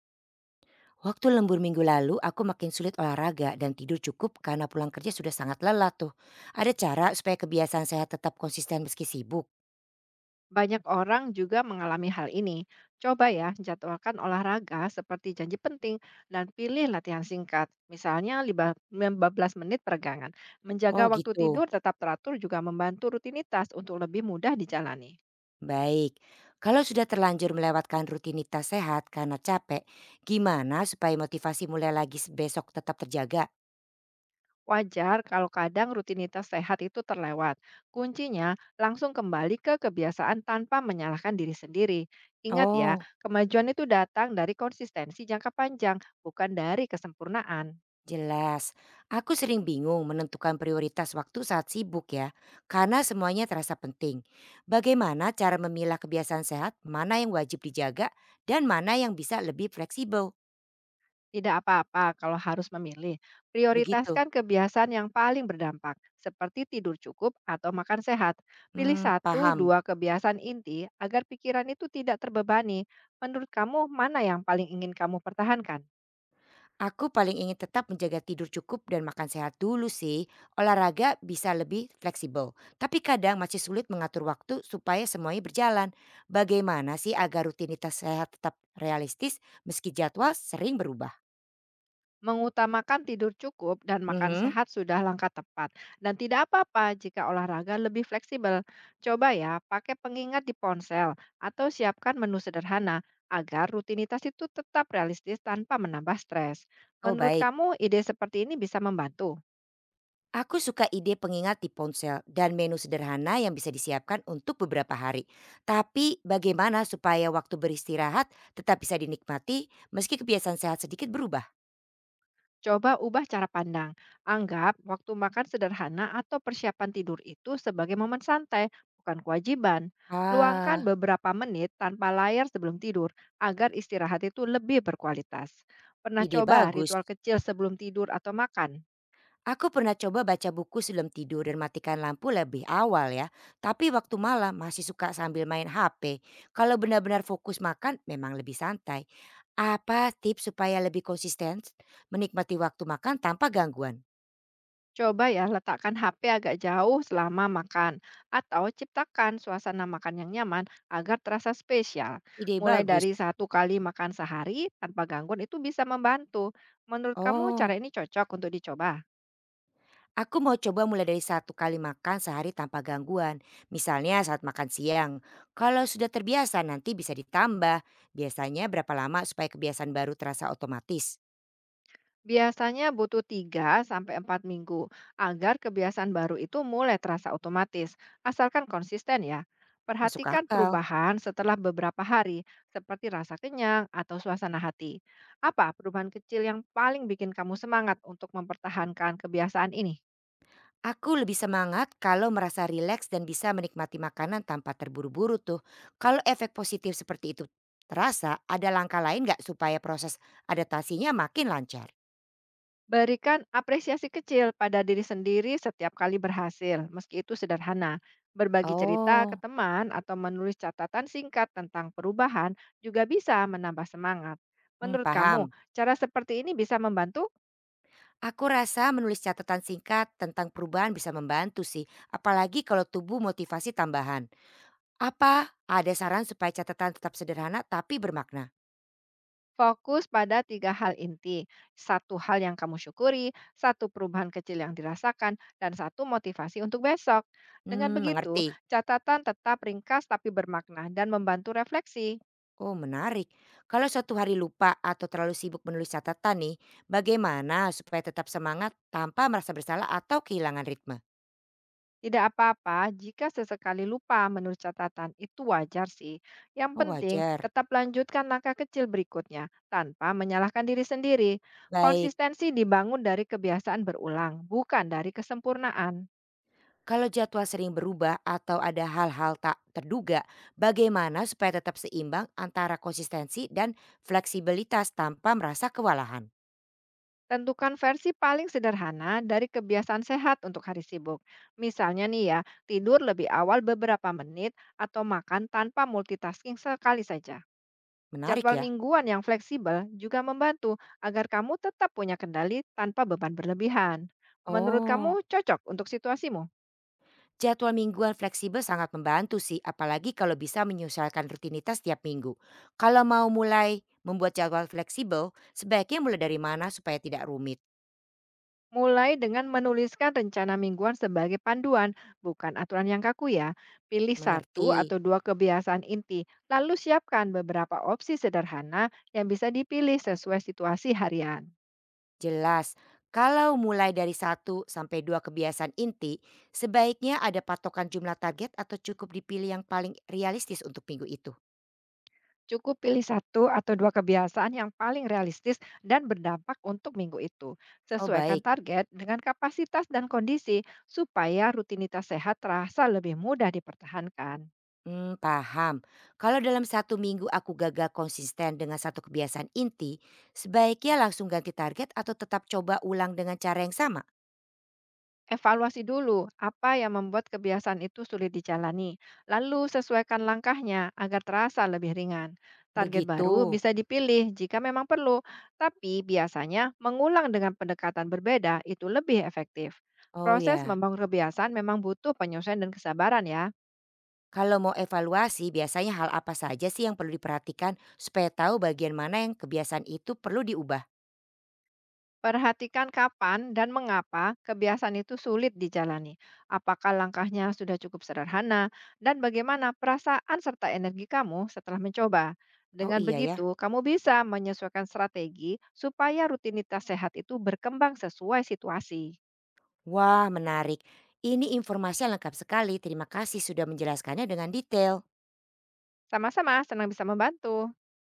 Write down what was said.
Waktu lembur minggu lalu, aku makin sulit olahraga dan tidur cukup karena pulang kerja sudah sangat lelah tuh. Ada cara supaya kebiasaan sehat tetap konsisten meski sibuk? Banyak orang juga mengalami hal ini. Coba ya, jadwalkan olahraga seperti janji penting dan pilih latihan singkat. Misalnya 15 menit peregangan. Menjaga Oh waktu gitu, tidur tetap teratur juga membantu rutinitas untuk lebih mudah dijalani. baik. Kalau sudah terlanjur melewatkan rutinitas sehat karena capek, gimana supaya motivasi mulai lagi besok tetap terjaga? Wajar kalau kadang rutinitas sehat itu terlewat. Kuncinya langsung kembali ke kebiasaan tanpa menyalahkan diri sendiri. Ingat ya, Oh. kemajuan itu datang dari konsistensi jangka panjang, bukan dari kesempurnaan. Jelas, aku sering bingung menentukan prioritas waktu saat sibuk ya, karena semuanya terasa penting. Bagaimana cara memilah kebiasaan sehat, mana yang wajib dijaga, dan mana yang bisa lebih fleksibel? Tidak apa-apa kalau harus memilih. Begitu. Prioritaskan kebiasaan yang paling berdampak, seperti tidur cukup atau makan sehat. Pilih Hmm, satu, paham. dua kebiasaan inti agar pikiran itu tidak terbebani. Menurut kamu, mana yang paling ingin kamu pertahankan? Aku paling ingin tetap menjaga tidur cukup dan makan sehat dulu sih. Olahraga bisa lebih fleksibel. Tapi kadang masih sulit mengatur waktu supaya semuanya berjalan. Bagaimana sih agar rutinitas sehat tetap realistis meski jadwal sering berubah? Mengutamakan tidur cukup dan makan Mhm. sehat sudah langkah tepat. Dan tidak apa-apa jika olahraga lebih fleksibel. Coba ya, pakai pengingat di ponsel atau siapkan menu sederhana agar rutinitas itu tetap realistis tanpa menambah stres. Oh Menurut baik, kamu, ide seperti ini bisa membantu? aku suka ide pengingat di ponsel dan menu sederhana yang bisa disiapkan untuk beberapa hari. Tapi bagaimana supaya waktu beristirahat tetap bisa dinikmati meski kebiasaan sehat sedikit berubah? Coba ubah cara pandang. Anggap waktu makan sederhana atau persiapan tidur itu sebagai momen santai, bukan kewajiban. Luangkan Ah, beberapa menit tanpa layar sebelum tidur agar istirahat itu lebih berkualitas. Pernah ide coba bagus. ritual kecil sebelum tidur atau makan? Aku pernah coba baca buku sebelum tidur dan matikan lampu lebih awal ya. Tapi waktu malam masih suka sambil main HP. Kalau benar-benar fokus makan memang lebih santai. Apa tips supaya lebih konsisten menikmati waktu makan tanpa gangguan? Coba ya letakkan HP agak jauh selama makan atau ciptakan suasana makan yang nyaman agar terasa spesial. Ide Mulai bagus. dari satu kali makan sehari tanpa gangguan itu bisa membantu. Menurut kamu cara Oh, ini cocok untuk dicoba? aku mau coba mulai dari satu kali makan sehari tanpa gangguan. Misalnya saat makan siang. Kalau sudah terbiasa nanti bisa ditambah. Biasanya berapa lama supaya kebiasaan baru terasa otomatis? Biasanya butuh 3 sampai 4 minggu agar kebiasaan baru itu mulai terasa otomatis, asalkan konsisten ya. Masuk Perhatikan akal. perubahan setelah beberapa hari, seperti rasa kenyang atau suasana hati. Apa perubahan kecil yang paling bikin kamu semangat untuk mempertahankan kebiasaan ini? Aku lebih semangat kalau merasa rileks dan bisa menikmati makanan tanpa terburu-buru tuh. Kalau efek positif seperti itu terasa, ada langkah lain nggak supaya proses adaptasinya makin lancar? Berikan apresiasi kecil pada diri sendiri setiap kali berhasil, meski itu sederhana. Berbagi cerita ke Oh, teman atau menulis catatan singkat tentang perubahan juga bisa menambah semangat. hmm, Menurut kamu, paham. cara seperti ini bisa membantu Aku rasa menulis catatan singkat tentang perubahan bisa membantu sih, apalagi kalau tubuh motivasi tambahan. Apa ada saran supaya catatan tetap sederhana tapi bermakna? fokus pada tiga hal inti. Satu hal yang kamu syukuri, satu perubahan kecil yang dirasakan, dan satu motivasi untuk besok. Dengan Hmm, begitu, mengerti. catatan tetap ringkas tapi bermakna dan membantu refleksi. Oh, menarik. Kalau suatu hari lupa atau terlalu sibuk menulis catatan nih, bagaimana supaya tetap semangat tanpa merasa bersalah atau kehilangan ritme? Tidak apa-apa jika sesekali lupa menurut catatan, itu wajar sih. Yang Oh, penting wajar. tetap lanjutkan langkah kecil berikutnya tanpa menyalahkan diri sendiri. Baik. Konsistensi dibangun dari kebiasaan berulang, bukan dari kesempurnaan. Kalau jadwal sering berubah atau ada hal-hal tak terduga, bagaimana supaya tetap seimbang antara konsistensi dan fleksibilitas tanpa merasa kewalahan? Tentukan versi paling sederhana dari kebiasaan sehat untuk hari sibuk. Misalnya nih ya, tidur lebih awal beberapa menit atau makan tanpa multitasking sekali saja. Menarik Jadwal ya. mingguan yang fleksibel juga membantu agar kamu tetap punya kendali tanpa beban berlebihan. Menurut kamu Oh, cocok untuk situasimu? jadwal mingguan fleksibel sangat membantu sih, apalagi kalau bisa menyesuaikan rutinitas tiap minggu. Kalau mau mulai membuat jadwal fleksibel, sebaiknya mulai dari mana supaya tidak rumit? Mulai dengan menuliskan rencana mingguan sebagai panduan, bukan aturan yang kaku ya. Pilih satu Mengerti. atau dua kebiasaan inti, lalu siapkan beberapa opsi sederhana yang bisa dipilih sesuai situasi harian. Jelas, kalau mulai dari satu sampai 2 kebiasaan inti, sebaiknya ada patokan jumlah target atau cukup dipilih yang paling realistis untuk minggu itu? Cukup pilih satu atau dua kebiasaan yang paling realistis dan berdampak untuk minggu itu. Oh Sesuaikan baik, target dengan kapasitas dan kondisi supaya rutinitas sehat terasa lebih mudah dipertahankan. hmm, paham. Kalau dalam satu minggu aku gagal konsisten dengan satu kebiasaan inti, sebaiknya langsung ganti target atau tetap coba ulang dengan cara yang sama? Evaluasi dulu apa yang membuat kebiasaan itu sulit dijalani, lalu sesuaikan langkahnya agar terasa lebih ringan. Target Begitu. baru bisa dipilih jika memang perlu, tapi biasanya mengulang dengan pendekatan berbeda itu lebih efektif. Oh Proses ya, membangun kebiasaan memang butuh penyelesaian dan kesabaran ya. kalau mau evaluasi biasanya hal apa saja sih yang perlu diperhatikan supaya tahu bagian mana yang kebiasaan itu perlu diubah? Perhatikan kapan dan mengapa kebiasaan itu sulit dijalani. Apakah langkahnya sudah cukup sederhana dan bagaimana perasaan serta energi kamu setelah mencoba. Oh Dengan iya ya. begitu, kamu bisa menyesuaikan strategi supaya rutinitas sehat itu berkembang sesuai situasi. Wah menarik. Ini informasi lengkap sekali. Terima kasih sudah menjelaskannya dengan detail. Sama-sama, senang bisa membantu.